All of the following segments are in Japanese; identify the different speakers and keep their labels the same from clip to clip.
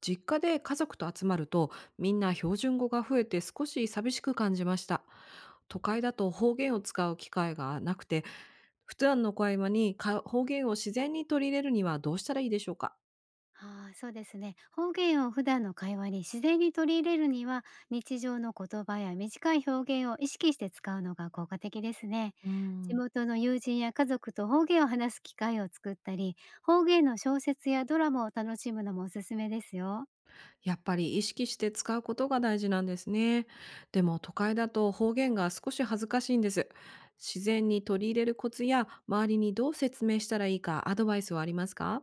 Speaker 1: 実家で家族と集まると、みんな標準語が増えて少し寂しく感じました。都会だと方言を使う機会がなくて、普段の会話にか方言を自然に取り入れるにはどうしたらいいでしょうか？
Speaker 2: ああ、そうですね。方言を普段の会話に自然に取り入れるには、日常の言葉や短い表現を意識して使うのが効果的ですね。
Speaker 1: うー
Speaker 2: 地
Speaker 1: ん、
Speaker 2: 元の友人や家族と方言を話す機会を作ったり、方言の小説やドラマを楽しむのもおすすめですよ。
Speaker 1: やっぱり意識して使うことが大事なんですね。でも都会だと方言が少し恥ずかしいんです。自然に取り入れるコツや周りにどう説明したらいいか、アドバイスはありますか？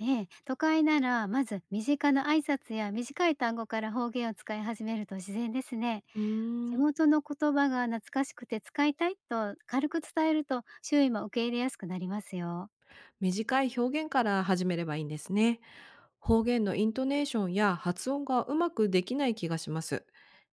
Speaker 2: ええ、都会ならまず身近な挨拶や短い単語から方言を使い始めると自然ですね。
Speaker 1: うー
Speaker 2: 地
Speaker 1: ん、
Speaker 2: 元の言葉が懐かしくて使いたいと軽く伝えると、周囲も受け入れやすくなりますよ。
Speaker 1: 短い表現から始めればいいんですね。方言のイントネーションや発音がうまくできない気がします。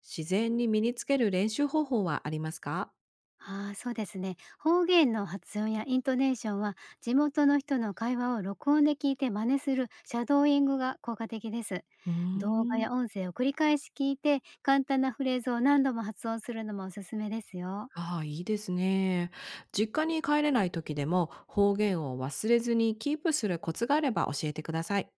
Speaker 1: 自然に身につける練習方法はありますか？
Speaker 2: ああ、そうですね。方言の発音やイントネーションは、地元の人の会話を録音で聞いて真似するシャドーイングが効果的です。
Speaker 1: うー
Speaker 2: 動画
Speaker 1: ん。
Speaker 2: や音声を繰り返し聞いて、簡単なフレーズを何度も発音するのもおすすめですよ。
Speaker 1: ああ、いいですね。実家に帰れない時でも方言を忘れずにキープするコツがあれば教えてください。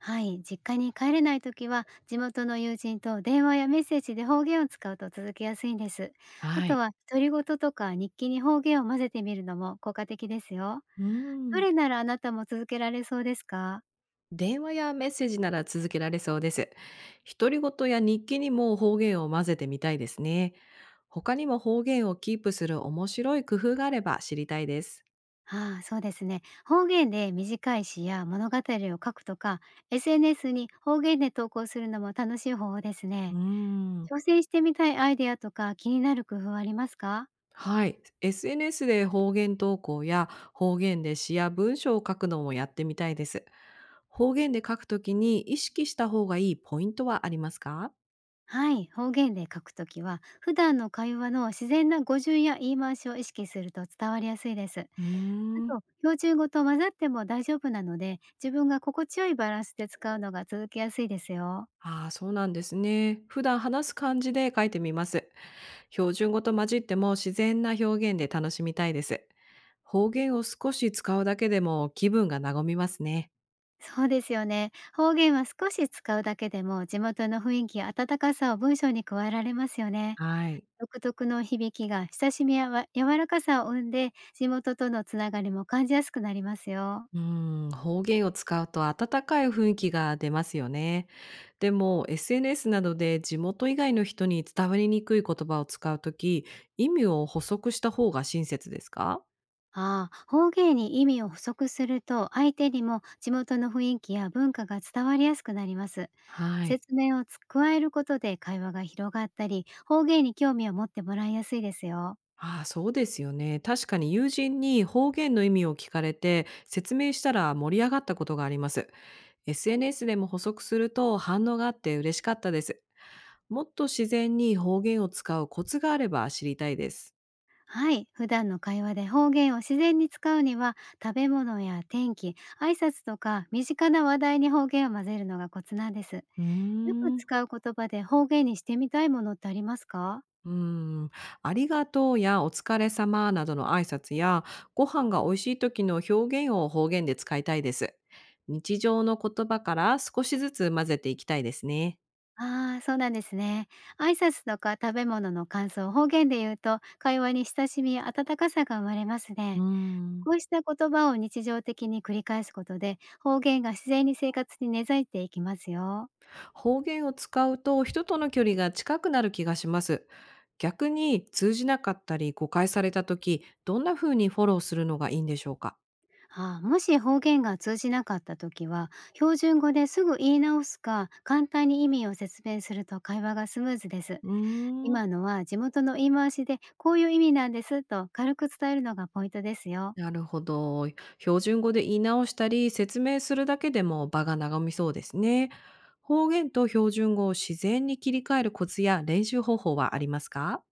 Speaker 2: はい、実家に帰れないときは、地元の友人と電話やメッセージで方言を使うと続けやすいんです。あ
Speaker 1: は
Speaker 2: と
Speaker 1: い。
Speaker 2: は、独り言とか日記に方言を混ぜてみるのも効果的ですよ。
Speaker 1: うー
Speaker 2: ど
Speaker 1: ん。
Speaker 2: れならあなたも続けられそうですか？
Speaker 1: 電話やメッセージなら続けられそうです。独り言や日記にも方言を混ぜてみたいですね。他にも方言をキープする面白い工夫があれば知りたいです。
Speaker 2: ああ、そうですね。方言で短い詩や物語を書くとか、SNS に方言で投稿するのも楽しい方法です
Speaker 1: うー
Speaker 2: ね。
Speaker 1: ん。
Speaker 2: 挑戦してみたいアイデアとか、気になる工夫はありますか？
Speaker 1: はい。SNS で方言投稿や方言で詩や文章を書くのもやってみたいです。方言で書くときに意識した方がいいポイントはありますか？
Speaker 2: はい、方言で書くときは、普段の会話の自然な語順や言い回しを意識すると伝わりやすいです。あ
Speaker 1: うーん。
Speaker 2: と、標準語と混ざっても大丈夫なので、自分が心地よいバランスで使うのが続けやすいですよ。
Speaker 1: ああ、そうなんですね。普段話す感じで書いてみます。標準語と混じっても自然な表現で楽しみたいです。方言を少し使うだけでも気分が和みますね。
Speaker 2: そうですよね。方言は少し使うだけでも、地元の雰囲気や温かさを文章に加えられますよね。
Speaker 1: はい。
Speaker 2: 独特の響きが親しみやわ柔らかさを生んで、地元とのつながりも感じやすくなりますよ。
Speaker 1: うーん、方言を使うと温かい雰囲気が出ますよね。でも SNS などで地元以外の人に伝わりにくい言葉を使うとき、意味を補足した方が親切ですか？
Speaker 2: ああ、方言に意味を補足すると、相手にも地元の雰囲気や文化が伝わりやすくなります。
Speaker 1: はい。
Speaker 2: 説明をつ加えることで会話が広がったり、方言に興味を持ってもらいやすいですよ。
Speaker 1: ああ、そうですよね。確かに友人に方言の意味を聞かれて説明したら盛り上がったことがあります。SNS でも補足すると反応があって嬉しかったです。もっと自然に方言を使うコツがあれば知りたいです。
Speaker 2: はい、普段の会話で方言を自然に使うには、食べ物や天気、挨拶とか身近な話題に方言を混ぜるのがコツなんです。
Speaker 1: うー
Speaker 2: よく
Speaker 1: ん。
Speaker 2: 使う言葉で方言にしてみたいものってありますか？
Speaker 1: うーん、ありがとうやお疲れ様などの挨拶や、ご飯が美味しい時の表現を方言で使いたいです。日常の言葉から少しずつ混ぜていきたいですね。
Speaker 2: ああー、そうなんですね。挨拶とか食べ物の感想を方言で言うと、会話に親しみや温かさが生まれます
Speaker 1: うー
Speaker 2: ね。
Speaker 1: ん、
Speaker 2: こうした言葉を日常的に繰り返すことで、方言が自然に生活に根ざいていきますよ。
Speaker 1: 方言を使うと人との距離が近くなる気がします。逆に通じなかったり誤解された時、どんな風にフォローするのがいいんでしょうか？
Speaker 2: ああ、もし方言が通じなかった時は、標準語ですぐ言い直すか、簡単に意味を説明すると会話がスムーズです。
Speaker 1: うーん。
Speaker 2: 今のは地元の言い回しで、こういう意味なんですと軽く伝えるのがポイントですよ。
Speaker 1: なるほど。標準語で言い直したり、説明するだけでも場が長みそうですね。方言と標準語を自然に切り替えるコツや練習方法はありますか？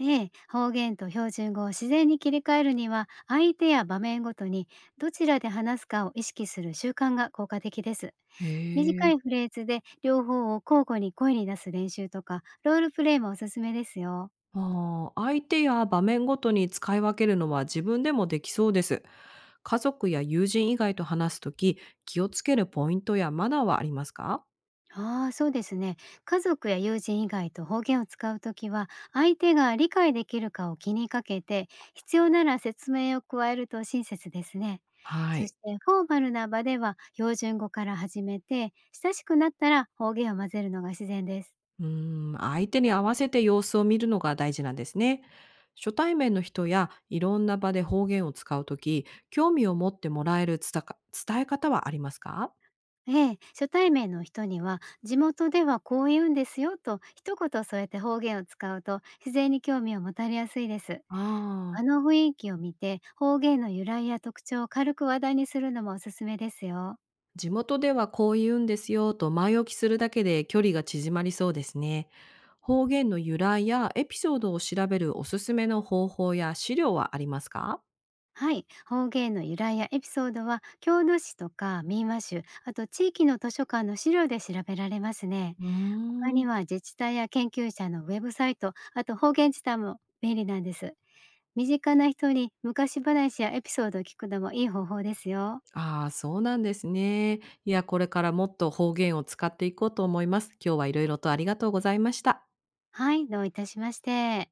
Speaker 2: ええ、方言と標準語を自然に切り替えるには、相手や場面ごとに、どちらで話すかを意識する習慣が効果的です。
Speaker 1: へ
Speaker 2: 短
Speaker 1: え。
Speaker 2: いフレーズで両方を交互に声に出す練習とか、ロールプレイもおすすめですよ。
Speaker 1: ああ、相手や場面ごとに使い分けるのは自分でもできそうです。家族や友人以外と話すとき、気をつけるポイントやマナーはありますか？
Speaker 2: ああ、そうですね。家族や友人以外と方言を使うときは、相手が理解できるかを気にかけて、必要なら説明を加えると親切ですね。
Speaker 1: は
Speaker 2: そし
Speaker 1: い。
Speaker 2: て、フォーマルな場では標準語から始めて、親しくなったら方言を混ぜるのが自然です。
Speaker 1: うーん、相手に合わせて様子を見るのが大事なんですね。初対面の人やいろんな場で方言を使うとき、興味を持ってもらえる伝え方はありますか？
Speaker 2: ええ、初対面の人には、地元ではこう言うんですよと、一言添えて方言を使うと、自然に興味を持たれやすいです。
Speaker 1: ああ、
Speaker 2: 雰囲気を見て、方言の由来や特徴を軽く話題にするのもおすすめですよ。
Speaker 1: 地元ではこう言うんですよと前置きするだけで距離が縮まりそうですね。方言の由来やエピソードを調べるおすすめの方法や資料はありますか？
Speaker 2: はい、方言の由来やエピソードは、郷土史とか民話集、あと地域の図書館の資料で調べられますね。
Speaker 1: うー
Speaker 2: 他
Speaker 1: ん。
Speaker 2: には自治体や研究者のウェブサイト、あと方言自体も便利なんです。身近な人に昔話やエピソードを聞くのもいい方法ですよ。
Speaker 1: ああ、そうなんですね。いや、これからもっと方言を使っていこうと思います。今日はいろいろとありがとうございました。
Speaker 2: はい、どういたしまして。